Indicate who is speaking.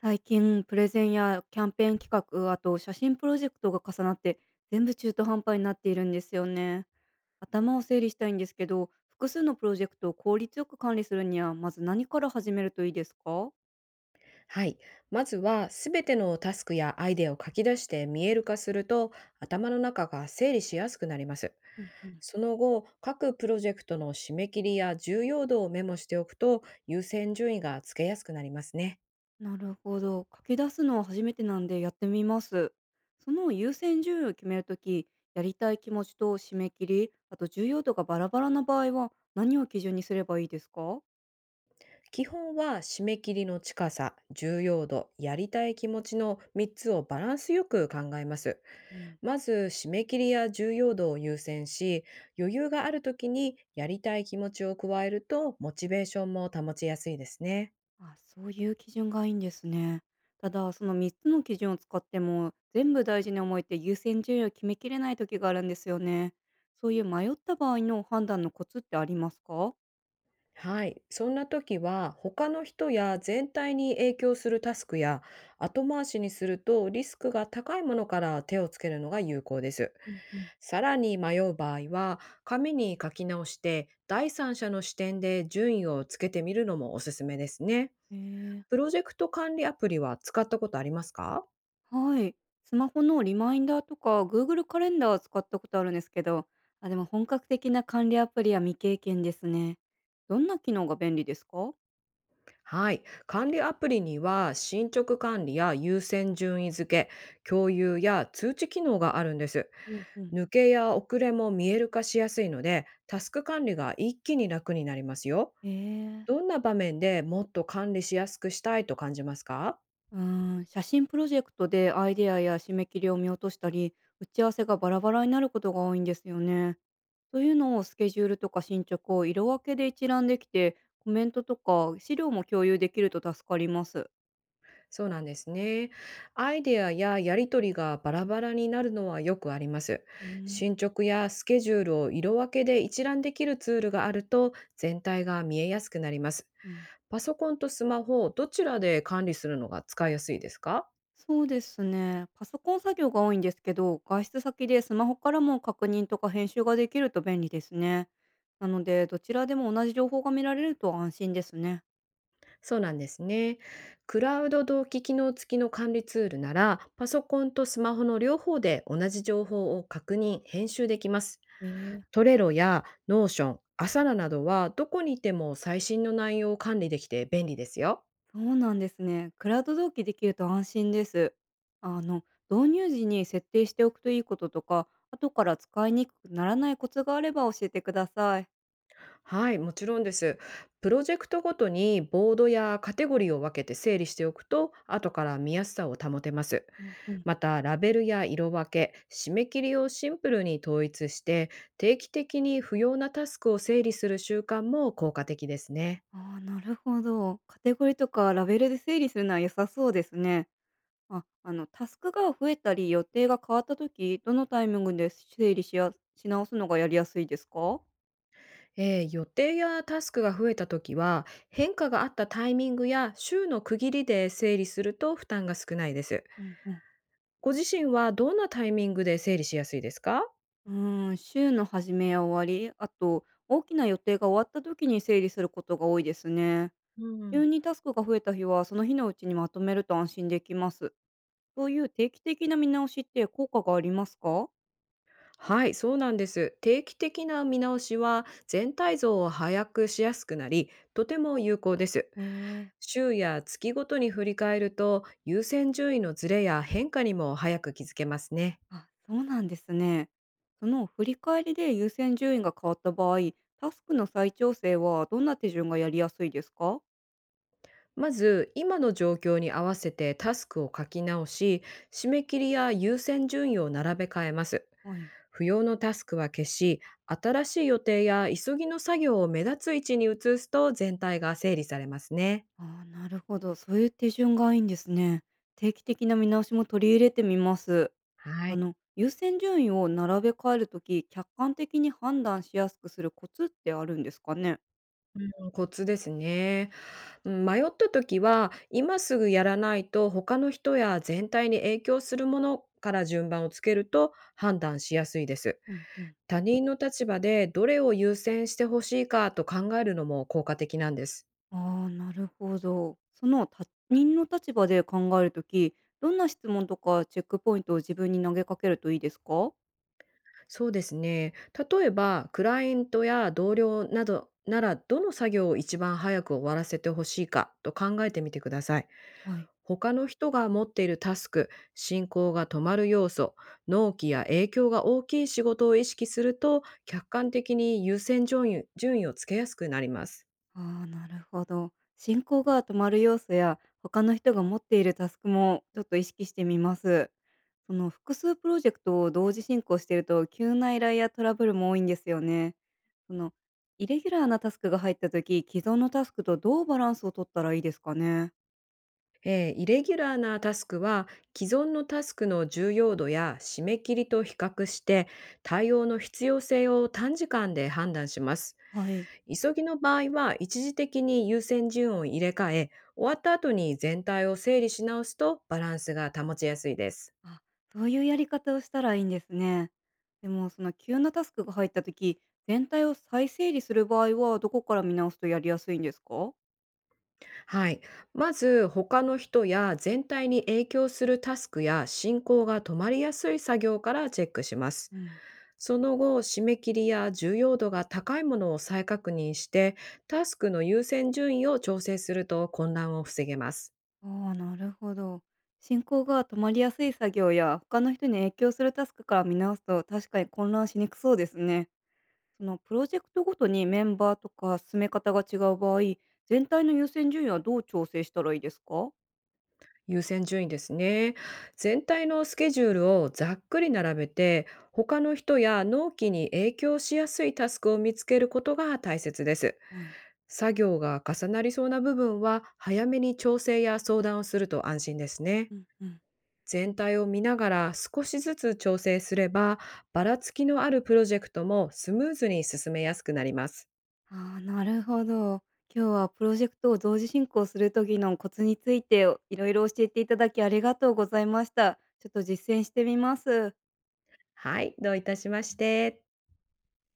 Speaker 1: 最近プレゼンやキャンペーン企画あと写真プロジェクトが重なって、全部中途半端になっているんですよね。頭を整理したいんですけど、複数のプロジェクトを効率よく管理するには、まず何から始めるといいですか？
Speaker 2: はい。まずは、すべてのタスクやアイデアを書き出して見える化すると、頭の中が整理しやすくなります。
Speaker 1: うんうん。
Speaker 2: その後、各プロジェクトの締め切りや重要度をメモしておくと、優先順位がつけやすくなりますね。
Speaker 1: なるほど、書き出すのは初めてなんで、やってみます。その優先順位を決めるとき、やりたい気持ちと締め切りあと重要度がバラバラな場合は、何を基準にすればいいですか？
Speaker 2: 基本は、締め切りの近さ、重要度、やりたい気持ちの3つをバランスよく考えます。
Speaker 1: うん。
Speaker 2: まず締め切りや重要度を優先し、余裕がある時にやりたい気持ちを加えるとモチベーションも保ちやすいですね。
Speaker 1: あ、そういう基準がいいんですね。ただ、その3つの基準を使っても、全部大事に思えて優先順位を決めきれない時があるんですよね。そういう迷った場合の判断のコツってありますか？
Speaker 2: はい。そんな時は他の人や全体に影響するタスクや、後回しにするとリスクが高いものから手をつけるのが有効です。
Speaker 1: うんうん。
Speaker 2: さらに迷う場合は、紙に書き直して第三者の視点で順位をつけてみるのもおすすめですね。
Speaker 1: えー、
Speaker 2: プロジェクト管理アプリは使ったことありますか？
Speaker 1: はい。スマホのリマインダーとか Google カレンダーは使ったことあるんですけど、あ、でも本格的な管理アプリは未経験ですね。どんな機能が便利ですか？
Speaker 2: はい。管理アプリには進捗管理や優先順位付け、共有や通知機能があるんです。
Speaker 1: うんうん。
Speaker 2: 抜けや遅れも見える化しやすいので、タスク管理が一気に楽になりますよ。
Speaker 1: ええ。
Speaker 2: どんな場面でもっと管理しやすくしたいと感じますか？
Speaker 1: うー写真プロジェクトでアイデアや締め切りを見落としたり、打ち合わせがバラバラになることが多いんですよね。そういうのをスケジュールとか進捗を色分けで一覧できて、コメントとか資料も共有できると助かります。
Speaker 2: そうなんですね。アイデアややり取りがバラバラになるのはよくあります。
Speaker 1: うん。
Speaker 2: 進捗やスケジュールを色分けで一覧できるツールがあると、全体が見えやすくなります。
Speaker 1: うん。
Speaker 2: パソコンとスマホ、どちらで管理するのが使いやすいですか？
Speaker 1: そうですね。パソコン作業が多いんですけど、外出先でスマホからも確認とか編集ができると便利ですね。なので、どちらでも同じ情報が見られると安心ですね。
Speaker 2: そうなんですね。クラウド同期機能付きの管理ツールなら、パソコンとスマホの両方で同じ情報を確認、編集できます。
Speaker 1: ええ。
Speaker 2: トレロやノーション、アサラなどは、どこにいても最新の内容を管理できて便利ですよ。
Speaker 1: そうなんですね。クラウド同期できると安心です。あの、導入時に設定しておくといいこととか、後から使いにくくならないコツがあれば教えてください。
Speaker 2: はい、もちろんです。プロジェクトごとにボードやカテゴリーを分けて整理しておくと、後から見やすさを保てます。
Speaker 1: うんうん。
Speaker 2: また、ラベルや色分け、締め切りをシンプルに統一して、定期的に不要なタスクを整理する習慣も効果的ですね。
Speaker 1: ああ、なるほど。カテゴリーとかラベルで整理するのは良さそうですね。あ、あの、タスクが増えたり予定が変わった時、どのタイミングで整理しやし直すのがやりやすいですか？
Speaker 2: 予定やタスクが増えた時は、変化があったタイミングや週の区切りで整理すると負担が少ないです。
Speaker 1: うんうん。
Speaker 2: ご自身はどんなタイミングで整理しやすいですか？
Speaker 1: 週の始めや終わり、あと大きな予定が終わった時に整理することが多いですね。
Speaker 2: う
Speaker 1: 急
Speaker 2: ん。
Speaker 1: にタスクが増えた日は、その日のうちにまとめると安心できます。そういう定期的な見直しって効果がありますか？
Speaker 2: はい、そうなんです。定期的な見直しは全体像を把握しやすくなり、とても有効です。
Speaker 1: えー。
Speaker 2: 週や月ごとに振り返ると、優先順位のズレや変化にも早く気づけますね。
Speaker 1: あ、そうなんですね。その振り返りで優先順位が変わった場合、タスクの再調整はどんな手順がやりやすいですか？
Speaker 2: まず、今の状況に合わせてタスクを書き直し、締め切りや優先順位を並べ替えます。
Speaker 1: はい。
Speaker 2: 不要のタスクは消し、新しい予定や急ぎの作業を目立つ位置に移すと、全体が整理されますね。
Speaker 1: あー、なるほど。そういう手順がいいんですね。定期的な見直しも取り入れてみます。
Speaker 2: は
Speaker 1: あ
Speaker 2: い。
Speaker 1: の、優先順位を並べ替えるとき、客観的に判断しやすくするコツってあるんですかね？
Speaker 2: コツですね。うん迷った時は、今すぐやらないと他の人や全体に影響するものから順番をつけると判断しやすいです。
Speaker 1: うんうん。
Speaker 2: 他人の立場でどれを優先してほしいかと考えるのも効果的なんです。
Speaker 1: ああ、なるほど。その他人の立場で考えるとき、どんな質問とかチェックポイントを自分に投げかけるといいですか？
Speaker 2: そうですね。例えば、クライアントや同僚などなら、どの作業を一番早く終わらせてほしいかと考えてみてください。
Speaker 1: はい。
Speaker 2: 他の人が持っているタスク、進行が止まる要素、納期や影響が大きい仕事を意識すると、客観的に優先順位順位をつけやすくなります。
Speaker 1: ああ、なるほど。進行が止まる要素や、他の人が持っているタスクもちょっと意識してみます。その複数プロジェクトを同時進行していると、急な依頼やトラブルも多いんですよね。そのイレギュラーなタスクが入ったとき、既存のタスクとどうバランスを取ったらいいですかね？
Speaker 2: イレギュラーなタスクは、既存のタスクの重要度や締め切りと比較して、対応の必要性を短時間で判断します。
Speaker 1: はい。
Speaker 2: 急ぎの場合は、一時的に優先順位を入れ替え、終わった後に全体を整理し直すとバランスが保ちやすいです。
Speaker 1: あ、そういうやり方をしたらいいんですね。でも、その急なタスクが入った時、全体を再整理する場合はどこから見直すとやりやすいんですか？
Speaker 2: はい。まず、他の人や全体に影響するタスクや、進行が止まりやすい作業からチェックします。
Speaker 1: うん。
Speaker 2: その後、締め切りや重要度が高いものを再確認して、タスクの優先順位を調整すると混乱を防げます。
Speaker 1: ああ、なるほど。進行が止まりやすい作業や他の人に影響するタスクから見直すと、確かに混乱しにくそうですね。そのプロジェクトごとにメンバーとか進め方が違う場合、全体の優先順位はどう調整したらいいですか？
Speaker 2: 優先順位ですね。全体のスケジュールをざっくり並べて、他の人や納期に影響しやすいタスクを見つけることが大切です。
Speaker 1: はい。
Speaker 2: 作業が重なりそうな部分は、早めに調整や相談をすると安心ですね。
Speaker 1: うんうん。
Speaker 2: 全体を見ながら少しずつ調整すれば、ばらつきのあるプロジェクトもスムーズに進めやすくなります。
Speaker 1: ああ、なるほど。今日はプロジェクトを同時進行する時のコツについていろいろ教えていただき、ありがとうございました。ちょっと実践してみます。
Speaker 2: はい、どういたしまして。